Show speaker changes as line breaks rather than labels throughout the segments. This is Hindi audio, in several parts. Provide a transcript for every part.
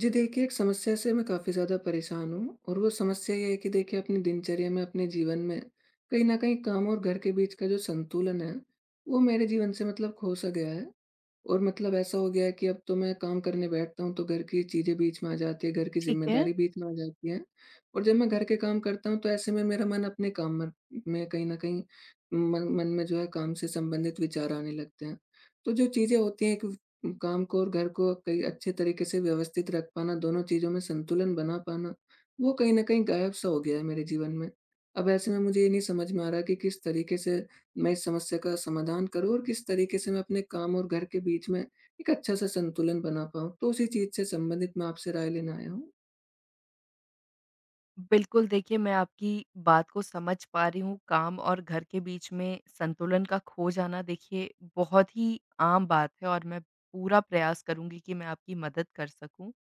जी देखिए, एक समस्या से मैं काफ़ी ज़्यादा परेशान हूँ और वो समस्या ये है कि देखिए अपनी दिनचर्या में, अपने जीवन में कहीं न कहीं काम और घर के बीच का जो संतुलन है, वो मेरे जीवन से खो-सा गया है। और ऐसा हो गया है कि अब तो मैं काम करने बैठता हूँ तो घर की चीज़ें बीच में आ जाती है, घर की
ठीक है।
ज़िम्मेदारी बीच में आ जाती है। और जब मैं घर के काम करता हूँ तो ऐसे में मेरा मन अपने काम में कहीं न कहीं मन मन में जो है काम से संबंधित विचार आने लगते हैं। तो जो चीज़ें होती हैं कि काम को और घर को कहीं अच्छे तरीके से व्यवस्थित रख पाना, दोनों चीज़ों में संतुलन बना पाना, वो कहीं न कहीं गायब-सा हो गया है मेरे जीवन में। अब ऐसे में मुझे ये नहीं समझ में आ रहा कि किस तरीके से मैं इस समस्या का समाधान करूँ और किस तरीके से मैं अपने काम और घर के बीच में एक अच्छा-सा संतुलन बना पाऊँ। तो उसी चीज़ से संबंधित मैं आपसे राय लेने आया हूँ।
बिल्कुल, देखिए मैं आपकी बात को समझ पा रही हूँ, काम और घर के बीच में संतुलन का खो जाना देखिए बहुत ही आम बात है और मैं पूरा प्रयास करूँगी कि मैं आपकी मदद कर सकूँ।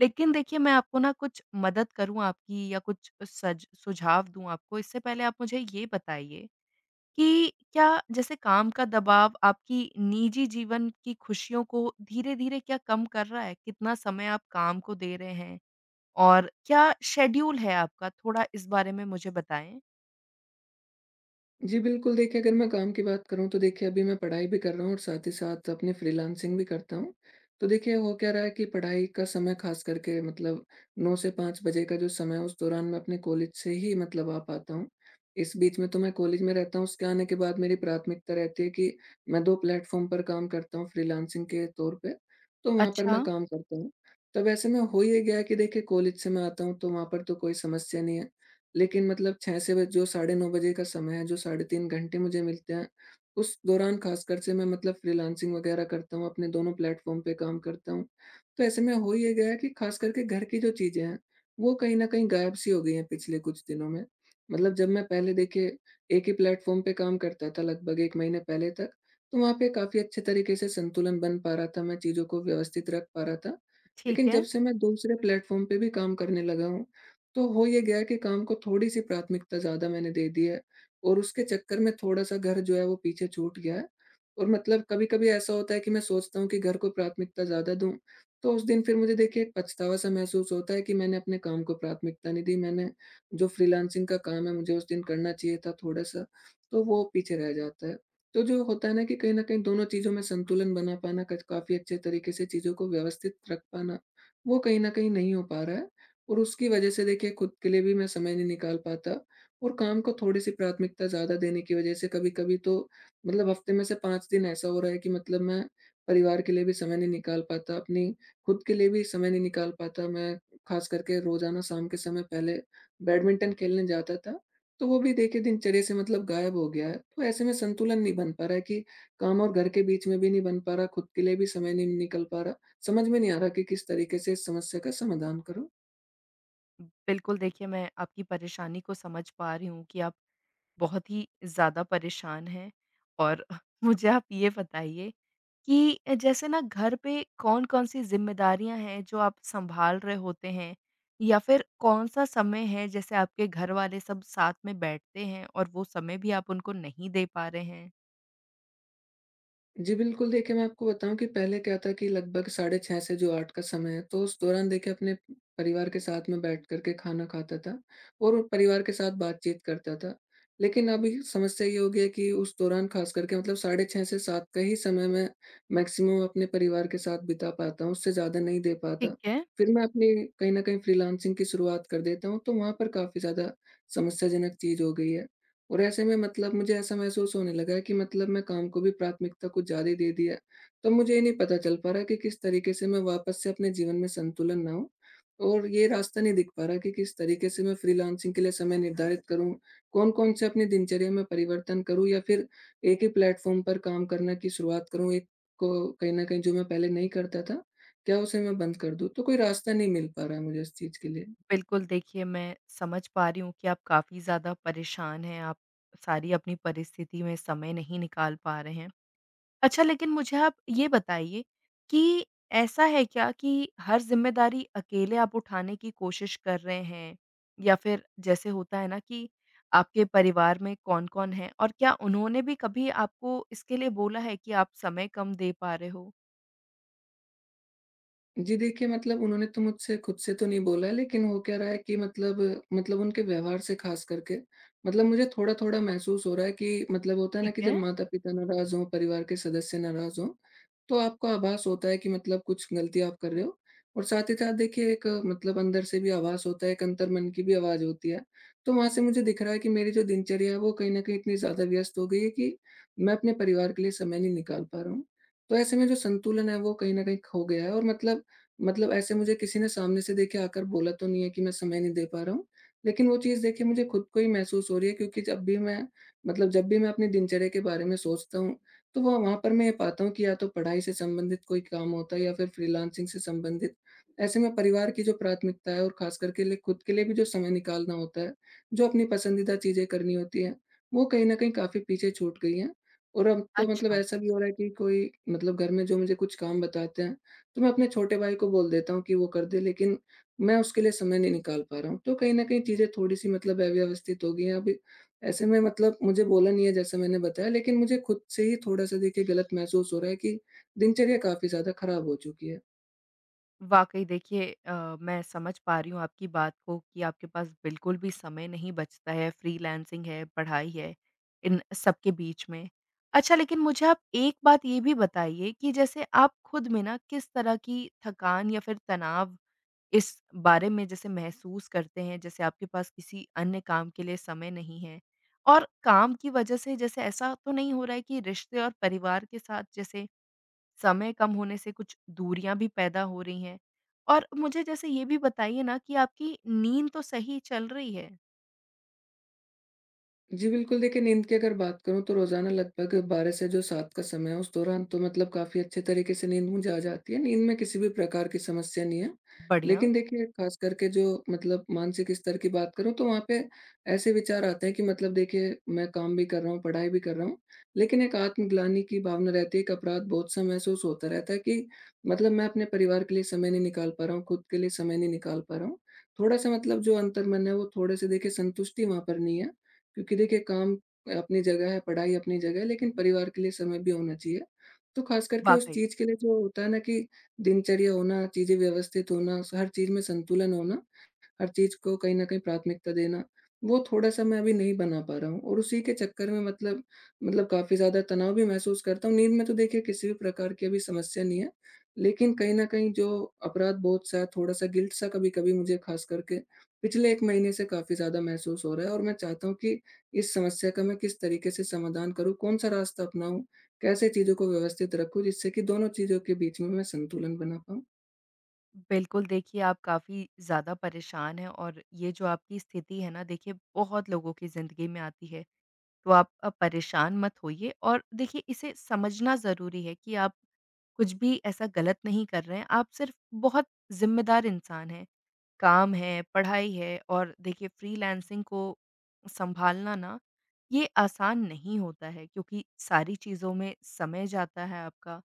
लेकिन देखिए मैं आपको ना कुछ मदद करूँ आपकी या कुछ सज सुझाव दूँ आपको, इससे पहले आप मुझे ये बताइए कि क्या जैसे काम का दबाव आपकी निजी जीवन की खुशियों को धीरे-धीरे क्या कम कर रहा है? कितना समय आप काम को दे रहे हैं? और क्या शेड्यूल है आपका? थोड़ा इस बारे में मुझे बताएँ?
जी, बिल्कुल देखिए अगर मैं काम की बात करूँ तो देखिए अभी मैं पढ़ाई भी कर रहा हूँ और साथ ही साथ अपनी फ्रीलांसिंग भी करता हूँ। तो देखिए हो क्या रहा है कि पढ़ाई का समय ख़ास करके 9 से 5 बजे का जो समय है उस दौरान मैं अपने कॉलेज से ही आ पाता हूँ। इस बीच में तो मैं कॉलेज में रहता हूँ, उसके आने के बाद मेरी प्राथमिकता रहती है कि मैं 2 प्लेटफ़ॉर्म पर काम करता हूँ फ्रीलांसिंग के तौर पे, तो वहाँ पर मैं
अच्छा,
काम करता हूँ। तब ऐसे में हो ये गया है कि देखिए कॉलेज से मैं आता हूँ तो वहाँ पर तो कोई समस्या नहीं है। लेकिन 6 से ब जो साढ़े 9 बजे का समय है, जो साढ़े 3 घंटे मुझे मिलते हैं, उस दौरान ख़ासकर से मैं फ्रीलांसिंग वग़ैरह करता हूँ, अपने दोनों प्लेटफ़ॉर्म पे काम करता हूँ। तो ऐसे में हो ये गया है कि ख़ास करके घर की जो चीज़ें हैं, वो कहीं न कहीं गायब-सी हो गई हैं पिछले कुछ दिनों में। जब मैं पहले देखिए एक ही प्लेटफ़ॉर्म पे काम करता था लगभग 1 महीने पहले तक, तो वहाँ पे काफ़ी अच्छे तरीके से संतुलन बन पा रहा था, मैं चीज़ों को व्यवस्थित रख पा रहा था।
ठीक
लेकिन
है।
जब से मैं दूसरे प्लेटफ़ॉर्म पे भी काम करने लगा हूँ, तो हो ये गया कि काम को थोड़ी-सी प्राथमिकता ज़्यादा मैंने दे दी है और उसके चक्कर में थोड़ा-सा घर जो है वो पीछे छूट गया है और कभी-कभी ऐसा होता है कि मैं सोचता हूँ कि घर को प्राथमिकता ज़्यादा दूँ, तो उस दिन फिर मुझे देखिए एक पछतावा-सा महसूस होता है कि मैंने अपने काम को प्राथमिकता नहीं दी। मैंने जो फ्रीलांसिंग का काम है मुझे उस दिन करना चाहिए था थोड़ा-सा, तो वो पीछे रह जाता है। तो जो होता है ना कि कहीं न कहीं दोनों चीज़ों में संतुलन बना पाना, क काफ़ी अच्छे तरीके से चीज़ों को व्यवस्थित रख पाना, वो कहीं न कहीं नहीं हो पा रहा है। और उसकी वजह से देखिए खुद के लिए भी मैं समय नहीं निकाल पाता और काम को थोड़ी-सी प्राथमिकता ज़्यादा देने की वजह से कभी-कभी तो हफ्ते में से 5 दिन ऐसा हो रहा है कि मैं परिवार के लिए भी समय नहीं निकाल पाता, अपनी खुद के लिए भी समय नहीं निकाल पाता। मैं खास करके रोज़ाना शाम के समय पहले बैडमिंटन खेलने जाता था, तो वो भी देखिए दिनचर्या से गायब हो गया है। तो ऐसे में संतुलन नहीं बन पा रहा है कि काम और घर के बीच में भी नहीं बन पा रहा, खुद के लिए भी समय नहीं निकल पा रहा। समझ में नहीं आ रहा कि किस तरीके से इस समस्या का समाधान करूँ।
बिल्कुल, देखिए मैं आपकी परेशानी को समझ पा रही हूँ कि आप बहुत ही ज़्यादा परेशान हैं और मुझे आप ये बताइए कि जैसे ना घर पे कौन-कौन सी ज़िम्मेदारियाँ हैं जो आप सँभाल रहे होते हैं? या फिर कौन-सा समय है जैसे आपके घर वाले सब साथ में बैठते हैं और वो समय भी आप उनको नहीं दे पा रहे हैं?
जी, बिल्कुल देखिए, मैं आपको बताऊँ कि पहले क्या था कि लगभग साढ़े 6 से जो 8 का समय है, तो उस दौरान देखिए अपने परिवार के साथ में बैठ कर के खाना खाता था और परिवार के साथ बातचीत करता था। लेकिन अभी समस्या ये हो गई है कि उस दौरान ख़ास करके साढ़े 6 से 7 का ही समय मैं मैक्सिमम अपने परिवार के साथ बिता पाता हूँ, उससे ज़्यादा नहीं दे पाता।
ठीक है।
फिर मैं अपनी कहीं न कहीं फ्रीलांसिंग की शुरुआत कर देता हूँ, तो वहाँ पर काफ़ी ज़्यादा समस्याजनक चीज़ हो गई है। और ऐसे में मुझे ऐसा महसूस होने लगा है कि मैं काम को भी प्राथमिकता कुछ ज़्यादा ही दे दिया है। तो मुझे ये नहीं पता चल पा रहा कि किस तरीके से मैं वापस से अपने जीवन में संतुलन बनाऊँ और ये रास्ता नहीं दिख पा रहा कि किस तरीके से मैं फ्रीलांसिंग के लिए समय निर्धारित करूँ, कौन-कौन से अपनी दिनचर्या में परिवर्तन करूँ या फिर एक ही प्लेटफ़ॉर्म पर काम करने की शुरुआत करूँ, एक को कहीं न कहीं जो मैं पहले नहीं करता था, क्या उसे मैं बंद कर दूँ? तो कोई रास्ता नहीं मिल पा रहा है मुझे इस चीज़ के लिए।
बिल्कुल, देखिए मैं समझ पा रही हूँ कि आप काफ़ी ज़्यादा परेशान हैं, आप सारी अपनी परिस्थिति में समय नहीं निकाल पा रहे हैं। अच्छा, लेकिन मुझे आप ये बताइए कि ऐसा है क्या कि हर ज़िम्मेदारी अकेले आप उठाने की कोशिश कर रहे हैं? या फिर जैसे होता है ना कि आपके परिवार में कौन-कौन है? और क्या उन्होंने भी कभी आपको इसके लिए बोला है कि आप समय कम दे पा रहे हो?
जी देखिए, उन्होंने तो मुझसे खुद से तो नहीं बोला, लेकिन हो क्या रहा है कि उनके व्यवहार से ख़ास करके मुझे थोड़ा-थोड़ा महसूस हो रहा है कि होता है ना
ठीक
कि जब
है,
माता-पिता नाराज़ हों, परिवार के सदस्य नाराज़ हों, तो आपको आभास होता है कि कुछ गलती आप कर रहे हो। और साथ ही साथ देखिए एक अंदर से भी आवाज़ होता है, एक अंतर्मन की भी आवाज़ होती है। तो वहाँ से मुझे दिख रहा है कि मेरी जो दिनचर्या है वो कहीं न कहीं इतनी ज़्यादा व्यस्त हो गई है कि मैं अपने परिवार के लिए समय नहीं निकाल पा रहा हूँ। तो ऐसे में जो संतुलन है वो कहीं न कहीं खो गया है और ऐसे मुझे किसी ने सामने से देखिए आकर बोला तो नहीं है कि मैं समय नहीं दे पा रहा हूँ। लेकिन वो चीज़ देखिए मुझे खुद को ही महसूस हो रही है क्योंकि जब भी मैं अपनी दिनचर्या के बारे में सोचता हूँ तो वो वहाँ पर मैं ये पाता हूँ कि या तो पढ़ाई से संबंधित कोई काम होता है या फिर फ्रीलांसिंग से संबंधित। ऐसे में परिवार की जो प्राथमिकता है और ख़ास करके लिए खुद के लिए भी जो समय निकालना होता है, जो अपनी पसंदीदा चीज़ें करनी होती हैं, वो कहीं न कहीं काफ़ी पीछे छूट गई हैं। और अब तो
अच्छा।
ऐसा भी हो रहा है कि कोई घर में जो मुझे कुछ काम बताते हैं, तो मैं अपने छोटे भाई को बोल देता हूँ कि वो कर दे, लेकिन मैं उसके लिए समय नहीं निकाल पा रहा हूँ। तो कहीं न कहीं चीज़ें थोड़ी-सी अव्यवस्थित हो गई हैं। अभी ऐसे में मुझे बोला नहीं है जैसा मैंने बताया, लेकिन मुझे खुद से ही थोड़ा-सा देखिए गलत महसूस हो रहा है कि दिनचर्या काफ़ी ज़्यादा खराब हो चुकी है।
वाक़ई देखिए मैं समझ पा रही हूँ आपकी बात को कि आपके पास बिल्कुल भी समय नहीं बचता है, फ्रीलांसिंग है, पढ़ाई है, इन सबके बीच में। अच्छा, लेकिन मुझे आप एक बात ये भी बताइए कि जैसे आप खुद में ना किस तरह की थकान या फिर तनाव इस बारे में जैसे महसूस करते हैं, जैसे आपके पास किसी अन्य काम के लिए समय नहीं है? और काम की वजह से जैसे ऐसा तो नहीं हो रहा है कि रिश्ते और परिवार के साथ जैसे समय कम होने से कुछ दूरियाँ भी पैदा हो रही हैं? और मुझे जैसे ये भी बताइए ना कि आपकी नींद तो सही चल रही है?
जी बिल्कुल, देखिए नींद की अगर बात करूँ तो रोज़ाना लगभग 12 से जो 7 का समय है उस दौरान तो काफ़ी अच्छे तरीके से नींद मुझे आ जाती है। नींद में किसी भी प्रकार की समस्या नहीं है।
बढ़िया,
लेकिन देखिए ख़ास करके जो मानसिक स्तर की बात करूँ तो वहाँ पे ऐसे विचार आते हैं कि देखिए मैं काम भी कर रहा हूँ, पढ़ाई भी कर रहा हूँ, लेकिन एक आत्मग्लानि की भावना रहती है, एक अपराध-बोध सा महसूस होता रहता है कि मैं अपने परिवार के लिए समय नहीं निकाल पा रहा हूँ, खुद के लिए समय नहीं निकाल पा रहा हूँ। थोड़ा-सा जो अंतर्मन है वो थोड़े-से देखिए संतुष्टि वहाँ पर नहीं है। क्योंकि देखिए काम अपनी जगह है, पढ़ाई अपनी जगह है, लेकिन परिवार के लिए समय भी होना चाहिए। तो ख़ास करके उस
वाक़ई।
चीज़ के लिए जो होता है ना कि दिनचर्या होना, चीज़ें व्यवस्थित होना, स हर चीज़ में संतुलन होना, हर चीज़ को कहीं न कहीं प्राथमिकता देना, वो थोड़ा-सा मैं अभी नहीं बना पा रहा हूँ और उसी के चक्कर में काफ़ी ज़्यादा तनाव भी महसूस करता हूँ। नींद में तो देखिए किसी भी प्रकार की अभी समस्या नहीं है, लेकिन कहीं न कहीं जो अपराध-बोध-सा है, थोड़ा-सा गिल्ट-सा कभी-कभी मुझे ख़ास करके पिछले 1 महीने से काफ़ी ज़्यादा महसूस हो रहा है और मैं चाहता हूँ कि इस समस्या का मैं किस तरीके से समाधान करूँ, कौन-सा रास्ता अपनाऊँ, कैसे चीज़ों को व्यवस्थित रखूँ जिससे कि दोनों चीज़ों के बीच में मैं संतुलन बना पाऊँ?
बिल्कुल, देखिए आप काफ़ी ज़्यादा परेशान हैं और ये जो आपकी स्थिति है ना देखिए बहुत लोगों की ज़िंदगी में आती है। तो आप परेशान मत होइए और देखिए इसे समझना ज़रूरी है कि आप कुछ भी ऐसा गलत नहीं कर रहे हैं, आप सिर्फ़ बहुत ज़िम्मेदार इंसान हैं। काम है, पढ़ाई है और देखिए फ्रीलांसिंग को सँभालना ना, ये आसान नहीं होता है, क्योंकि सारी चीज़ों में समय जाता है आपका।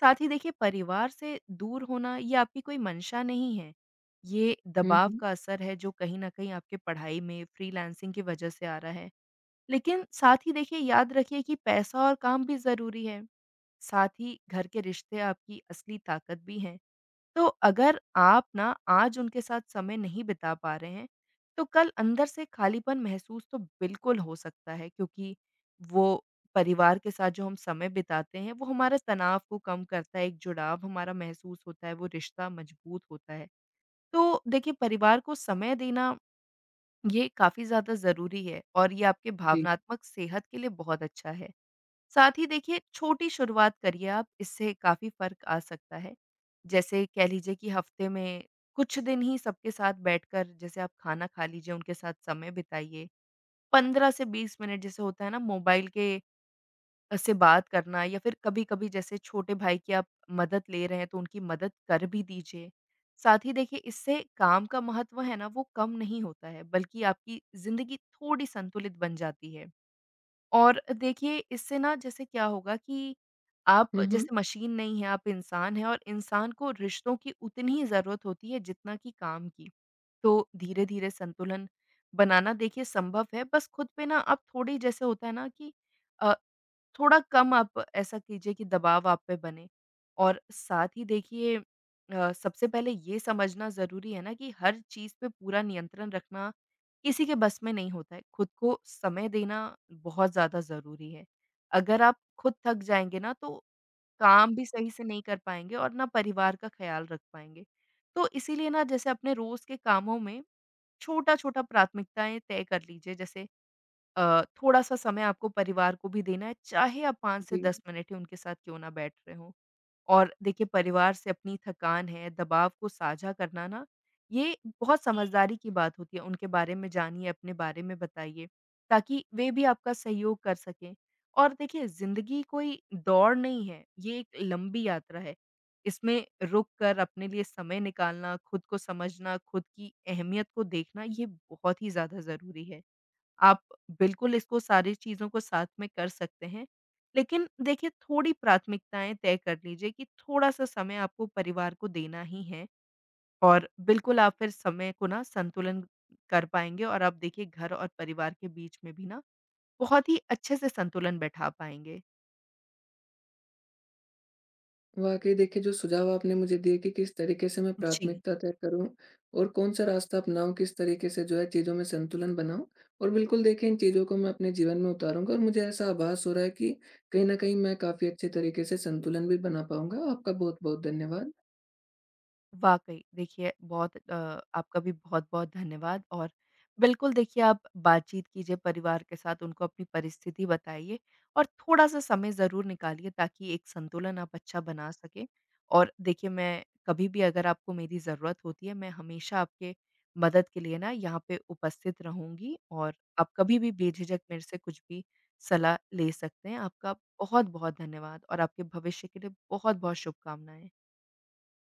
साथ ही देखिए परिवार से दूर होना, ये आपकी कोई मंशा नहीं है। ये
हुँ,
दबाव
हुँ।
का असर है जो कहीं न कहीं आपके पढ़ाई में फ्रीलांसिंग की वजह से आ रहा है। लेकिन साथ ही देखिए, याद रखिए कि पैसा और काम भी ज़रूरी है। साथ ही घर के रिश्ते आपकी असली ताकत भी हैं। तो अगर आप ना आज उनके साथ समय नहीं बिता पा रहे हैं, तो कल अंदर से खालीपन महसूस तो बिल्कुल हो सकता है, क्योंकि वो परिवार के साथ जो हम समय बिताते हैं, वो हमारे तनाव को कम करता है, एक जुड़ाव हमारा महसूस होता है, वो रिश्ता मजबूत होता है। तो देखिए परिवार को समय देना, ये काफ़ी ज़्यादा ज़रूरी है और ये आपके
जी।
भावनात्मक सेहत के लिए बहुत अच्छा है। साथ ही देखिए छोटी शुरुआत करिए आप, इससे काफ़ी फ़र्क आ सकता है। जैसे कह लीजिए कि हफ्ते में कुछ दिन ही सबके साथ बैठकर जैसे आप खाना खा लीजिए, उनके साथ समय बिताइए। 15 से 20 मिनट जैसे होता है ना मोबाइल के से बात करना, या फिर कभी-कभी जैसे छोटे भाई की आप मदद ले रहे हैं, तो उनकी मदद कर भी दीजिए। साथ ही देखिए इससे काम का महत्व है ना, वो कम नहीं होता है, बल्कि आपकी ज़िंदगी थोड़ी संतुलित बन जाती है। और देखिए इससे ना जैसे क्या होगा कि आप
हुँ, हुँ।
जैसे मशीन नहीं है, आप इंसान हैं और इंसान को रिश्तों की उतनी ही ज़रूरत होती है जितना कि काम की। तो धीरे-धीरे संतुलन बनाना देखिए संभव है, बस खुद पे ना आप थोड़ी जैसे होता है ना कि अ, थोड़ा कम आप ऐसा कीजिए कि दबाव आप पे बने। और साथ ही देखिए सबसे पहले ये समझना ज़रूरी है ना कि हर चीज़ पे पूरा नियंत्रण रखना किसी के बस में नहीं होता है। खुद को समय देना बहुत ज़्यादा ज़रूरी है। अगर आप खुद थक जाएँगे ना, तो काम भी सही से नहीं कर पाएँगे और ना परिवार का ख़्याल रख पाएँगे। तो इसीलिए ना जैसे अपने रोज़ के कामों में छोटा-छोटा प्राथमिकताएँ तय कर लीजिए, जैसे थोड़ा-सा समय आपको परिवार को भी देना है, चाहे आप 5 से
जी।
10 मिनट ही उनके साथ क्यों ना बैठ रहे हों। और देखिए परिवार से अपनी थकान है, दबाव को साझा करना ना, ये बहुत समझदारी की बात होती है। उनके बारे में जानिए, अपने बारे में बताइए, ताकि वे भी आपका सहयोग कर सकें। और देखिए ज़िंदगी कोई दौड़ नहीं है, ये एक लंबी यात्रा है। इसमें रुक कर अपने लिए समय निकालना, खुद को समझना, खुद की अहमियत को देखना, ये बहुत ही ज़्यादा ज़रूरी है। आप बिल्कुल इसको सारी चीज़ों को साथ में कर सकते हैं। लेकिन देखिए थोड़ी प्राथमिकताएँ तय कर लीजिए कि थोड़ा-सा समय आपको परिवार को देना ही है और बिल्कुल आप फिर समय को ना संतुलन कर पाएँगे और आप देखिए घर और परिवार के बीच में भी ना बहुत ही अच्छे से संतुलन बैठा पाएँगे।
वाकई देखिए जो सुझाव आपने मुझे दिए कि किस तरीके से मैं
जी।
प्राथमिकता तय करूं और कौन सा रास्ता अपनाऊं, किस तरीके से जो है चीज़ों में संतुलन बनाऊं, और बिल्कुल देखिए इन चीज़ों को मैं अपने जीवन में उतारूंगा और मुझे ऐसा आभास हो रहा है कि कहीं ना कहीं मैं काफ़ी अच्छे तरीके से संतुलन भी बना पाऊंगा। आपका बहुत बहुत धन्यवाद।
वाक़ई, देखिए बहुत आपका भी बहुत-बहुत धन्यवाद और बिल्कुल देखिए आप बातचीत कीजिए परिवार के साथ, उनको अपनी परिस्थिति बताइए और थोड़ा-सा समय ज़रूर निकालिए ताकि एक संतुलन आप अच्छा बना सकें। और देखिए मैं कभी भी अगर आपको मेरी ज़रूरत होती है, मैं हमेशा आपके मदद के लिए ना यहाँ पे उपस्थित रहूँगी और आप कभी भी बेझिझक मेरे से कुछ भी सलाह ले सकते हैं। आपका बहुत-बहुत धन्यवाद और आपके भविष्य के लिए बहुत-बहुत शुभकामनाएँ।